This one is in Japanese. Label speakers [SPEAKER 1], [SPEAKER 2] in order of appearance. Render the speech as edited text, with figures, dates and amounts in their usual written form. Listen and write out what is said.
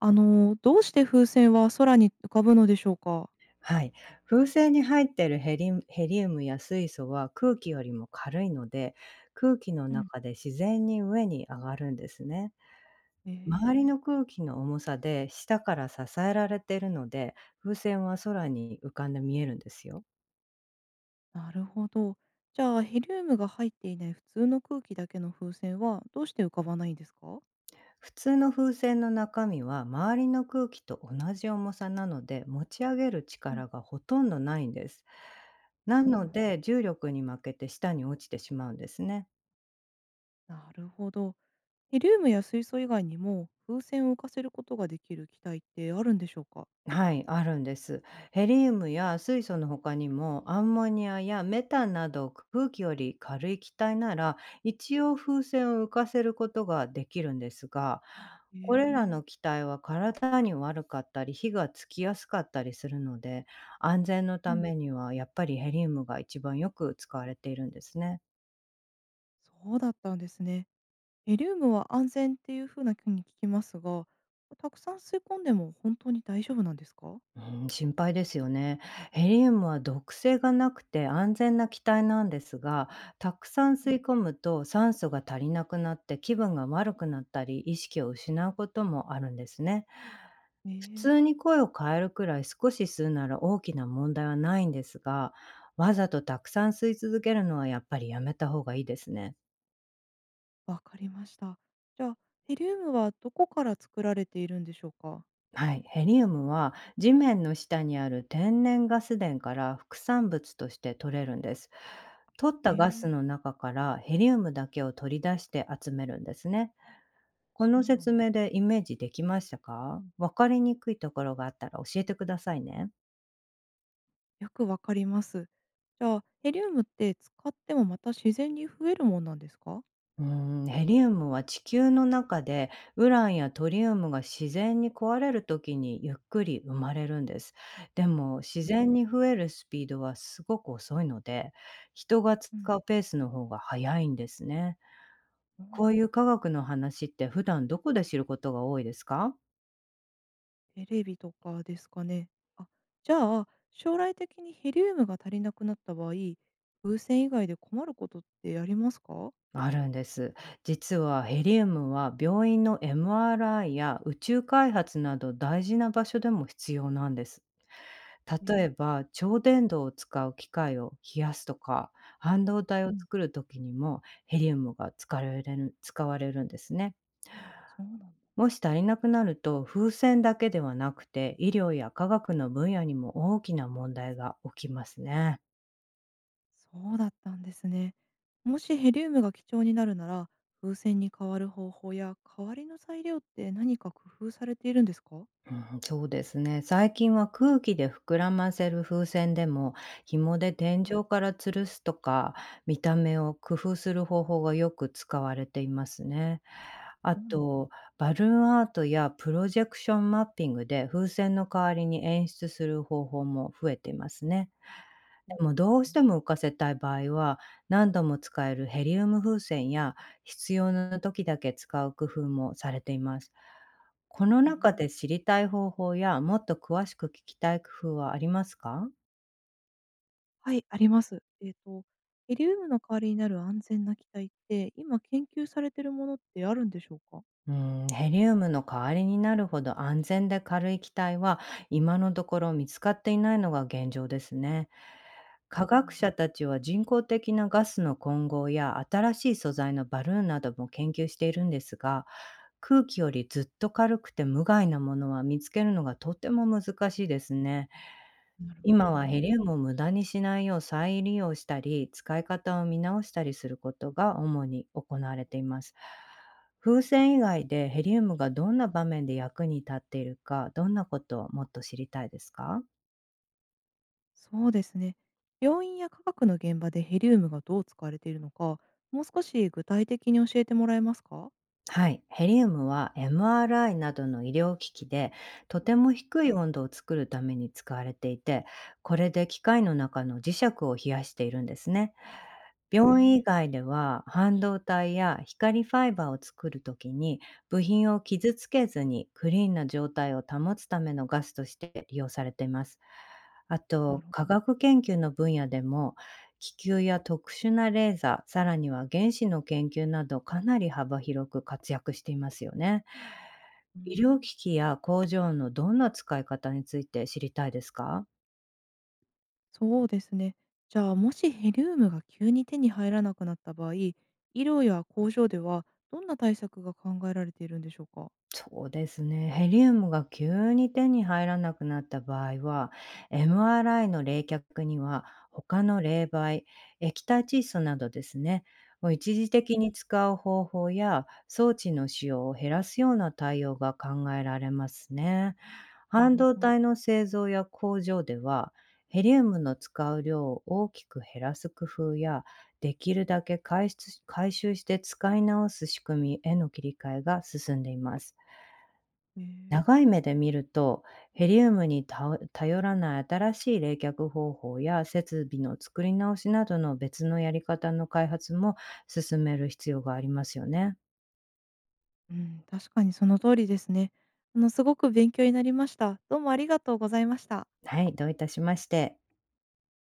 [SPEAKER 1] どうして風船は空に浮かぶのでしょうか？
[SPEAKER 2] はい。風船に入っているヘリウムや水素は空気よりも軽いので、空気の
[SPEAKER 1] うん。
[SPEAKER 2] 中で自然に上に上がるんですね。
[SPEAKER 1] え
[SPEAKER 2] 周り
[SPEAKER 1] え、
[SPEAKER 2] の空気の重さで下から支えられているので、風船は空に浮かんで見えるんですよ。
[SPEAKER 1] なるほど。じゃあ、ヘリウムが入っていない普通の空気だけの風船はどうして浮かばないんですか？
[SPEAKER 2] 普通の風船の中身は周りの空気と同じ重さなので、持ち上げる
[SPEAKER 1] うん。
[SPEAKER 2] 力がほとんどないんです。な
[SPEAKER 1] そう
[SPEAKER 2] の
[SPEAKER 1] なんだ。
[SPEAKER 2] で、重力に負けて下に落ちてしまうんですね。
[SPEAKER 1] なるほど。ヘリウムや水素以外にも、風船を浮かせることができる気体ってあるんでしょうか？
[SPEAKER 2] はい、あるんです。ヘリウムや水素の他にもアンモニアやメタンなど空気より軽い気体なら一応風船を浮かせることができるんですが、
[SPEAKER 1] へ
[SPEAKER 2] これら
[SPEAKER 1] え。
[SPEAKER 2] の気体は体に悪かったり火がつきやすかったりするので、安全の
[SPEAKER 1] う
[SPEAKER 2] た
[SPEAKER 1] ん。
[SPEAKER 2] めにはやっぱりヘリウムが一番よく使われているんですね。
[SPEAKER 1] そうだったんですね。ヘリウムは安全っていう風な風に聞きますが、たくさん吸い込んでも本当に大丈夫なんですか？
[SPEAKER 2] うん、心配ですよね。ヘリウムは毒性がなくて安全な気体なんですが、たくさん
[SPEAKER 1] うん。
[SPEAKER 2] 吸い込むと酸素が足りなくなって気分が悪くなったり、意識を失うこともあるんですね。
[SPEAKER 1] え
[SPEAKER 2] 普
[SPEAKER 1] え。
[SPEAKER 2] 通に声を変えるくらい少し吸うなら大きな問題はないんですが、わざとたくさん吸い続けるのはやっぱりやめた方がいいですね。
[SPEAKER 1] わかりました。じゃあ、ヘリウムはどこから作られているんでしょうか？
[SPEAKER 2] はい、ヘリウムは地面の下にある天然ガス田から副産物として取れるんです。取っ
[SPEAKER 1] え
[SPEAKER 2] たガス
[SPEAKER 1] え、
[SPEAKER 2] の中からヘリウムだけを取り出して集めるんですね。こ
[SPEAKER 1] そう
[SPEAKER 2] の
[SPEAKER 1] なん
[SPEAKER 2] 説
[SPEAKER 1] だ。
[SPEAKER 2] 明でイメージできましたか？わかりにくいところがあったら教えてくださいね。
[SPEAKER 1] よくわかります。じゃあ、ヘリウムって使ってもまた自然に増えるもんなんですか？
[SPEAKER 2] うん、ヘリウムは地球の中でウランやトリウムが自然に壊れる時にゆっくり生まれるんです。でも自
[SPEAKER 1] ええ。
[SPEAKER 2] 然に増えるスピードはすごく遅いので、人が使
[SPEAKER 1] うん、
[SPEAKER 2] うペースの方が早いんですね。
[SPEAKER 1] そうなん
[SPEAKER 2] こ
[SPEAKER 1] だ。
[SPEAKER 2] ういう科学の話って普段どこで知ることが多いですか？
[SPEAKER 1] テレビとかですかね。あ、じゃあ、将来的にヘリウムが足りなくなった場合、風船以外で困ることってありますか？
[SPEAKER 2] あるんです。実はヘリウムは病院の MRI や宇宙開発など大事な場所でも必要なんです。
[SPEAKER 1] え
[SPEAKER 2] 例え
[SPEAKER 1] え。
[SPEAKER 2] ば、超電導を使う機械を冷やすとか、半導体を
[SPEAKER 1] うん、
[SPEAKER 2] 作る時にもヘリウムが使われるんですね。
[SPEAKER 1] そうなんだ。
[SPEAKER 2] もし足りなくなると、風船だけではなくて、医療や科学の分野にも大きな問題が起きますね。
[SPEAKER 1] そうだったんですね。もしヘリウムが貴重になるなら、風船に変わる方法や代わりの材料って何か工夫されているんですか？
[SPEAKER 2] うん、そうですね。最近は空気で膨らませる風船でも、紐で天
[SPEAKER 1] うん、
[SPEAKER 2] 井から吊るすとか、見た目を工夫する方法がよく使われていますね。あ
[SPEAKER 1] そうなんだ。
[SPEAKER 2] と、バルーンアートやプロジェクションマッピングで風船の代わりに演出する方法も増えていますね。
[SPEAKER 1] うん
[SPEAKER 2] でもどう
[SPEAKER 1] う
[SPEAKER 2] し
[SPEAKER 1] ん。
[SPEAKER 2] ても浮かせたい場合は、何度も使えるヘリウム風船や必要な時だけ使う工夫もされています。この中で知りたい方法や、もっと詳しく聞きたい工夫はありますか？
[SPEAKER 1] はい、あります。ヘリウムの代わりになる安全な気体って、今研究されているものってあるんでしょうか？
[SPEAKER 2] うーん、ヘリウムの代わりになるほど安全で軽い気体は今のところ見つかっていないのが現状ですね。
[SPEAKER 1] そ
[SPEAKER 2] 科
[SPEAKER 1] うな
[SPEAKER 2] 学
[SPEAKER 1] んだ。
[SPEAKER 2] 者たちは人工的なガスの混合や新しい素材のバルーンなども研究しているんですが、空気よりずっと軽くて無害なものは見つけるのがとても難しいですね。
[SPEAKER 1] うなるん。ほ
[SPEAKER 2] 今
[SPEAKER 1] ど
[SPEAKER 2] はヘ
[SPEAKER 1] ね。
[SPEAKER 2] リウムを無駄にしないよう再利用したり、使い方を見直したりすることが主に行われています。風船以外でヘリウムがどんな場面で役に立っているか、どんなことをもっと知りたいですか？
[SPEAKER 1] そうですね。病院や科学の現場でヘリウムがどう使われているのか、もう少し具体的に教えてもらえますか？
[SPEAKER 2] はい、ヘリウムは MRI などの医療機器でとても低い温度を作るために使われていて、これで機械の中の磁石を冷やしているんですね。
[SPEAKER 1] え
[SPEAKER 2] 病院以
[SPEAKER 1] え、
[SPEAKER 2] 外では半導体や光ファイバーを作るときに部品を傷つけずにクリーンな状態を保つためのガスとして利用されています。あ
[SPEAKER 1] な
[SPEAKER 2] と、
[SPEAKER 1] るほ
[SPEAKER 2] 科
[SPEAKER 1] ど。
[SPEAKER 2] 学研究の分野でも気球や特殊なレーザー、さらには原子の研究などかなり幅広く活躍していますよね。
[SPEAKER 1] う
[SPEAKER 2] 医療
[SPEAKER 1] ん。
[SPEAKER 2] 機器や工場のどんな使い方について知りたいですか？
[SPEAKER 1] そうですね。じゃあもしヘリウムが急に手に入らなくなった場合、医療や工場ではどんな対策が考えられているんでしょうか？
[SPEAKER 2] そうですね。ヘリウムが急に手に入らなくなった場合は、MRI の冷却には他の冷媒、液体窒素などですね、を一時
[SPEAKER 1] う
[SPEAKER 2] 的
[SPEAKER 1] ん、
[SPEAKER 2] に使う方法や装置の使用を減らすような対応が考えられますね。
[SPEAKER 1] な
[SPEAKER 2] 半
[SPEAKER 1] る
[SPEAKER 2] 導
[SPEAKER 1] ほど。
[SPEAKER 2] 体の製造や工場では、ヘリウムの使う量を大きく減らす工夫や、できるだけ回出し回収して使い直す仕組みへの切り替えが進んでいます。
[SPEAKER 1] えー
[SPEAKER 2] 長い目で見ると、ヘリウムに頼らない新しい冷却方法や設備の作り直しなどの別のやり方の開発も進める必要がありますよね。
[SPEAKER 1] うん、確かにその通りですね。あの、すごく勉強になりました。どうもありがとうございました。
[SPEAKER 2] はい、どういたしまして。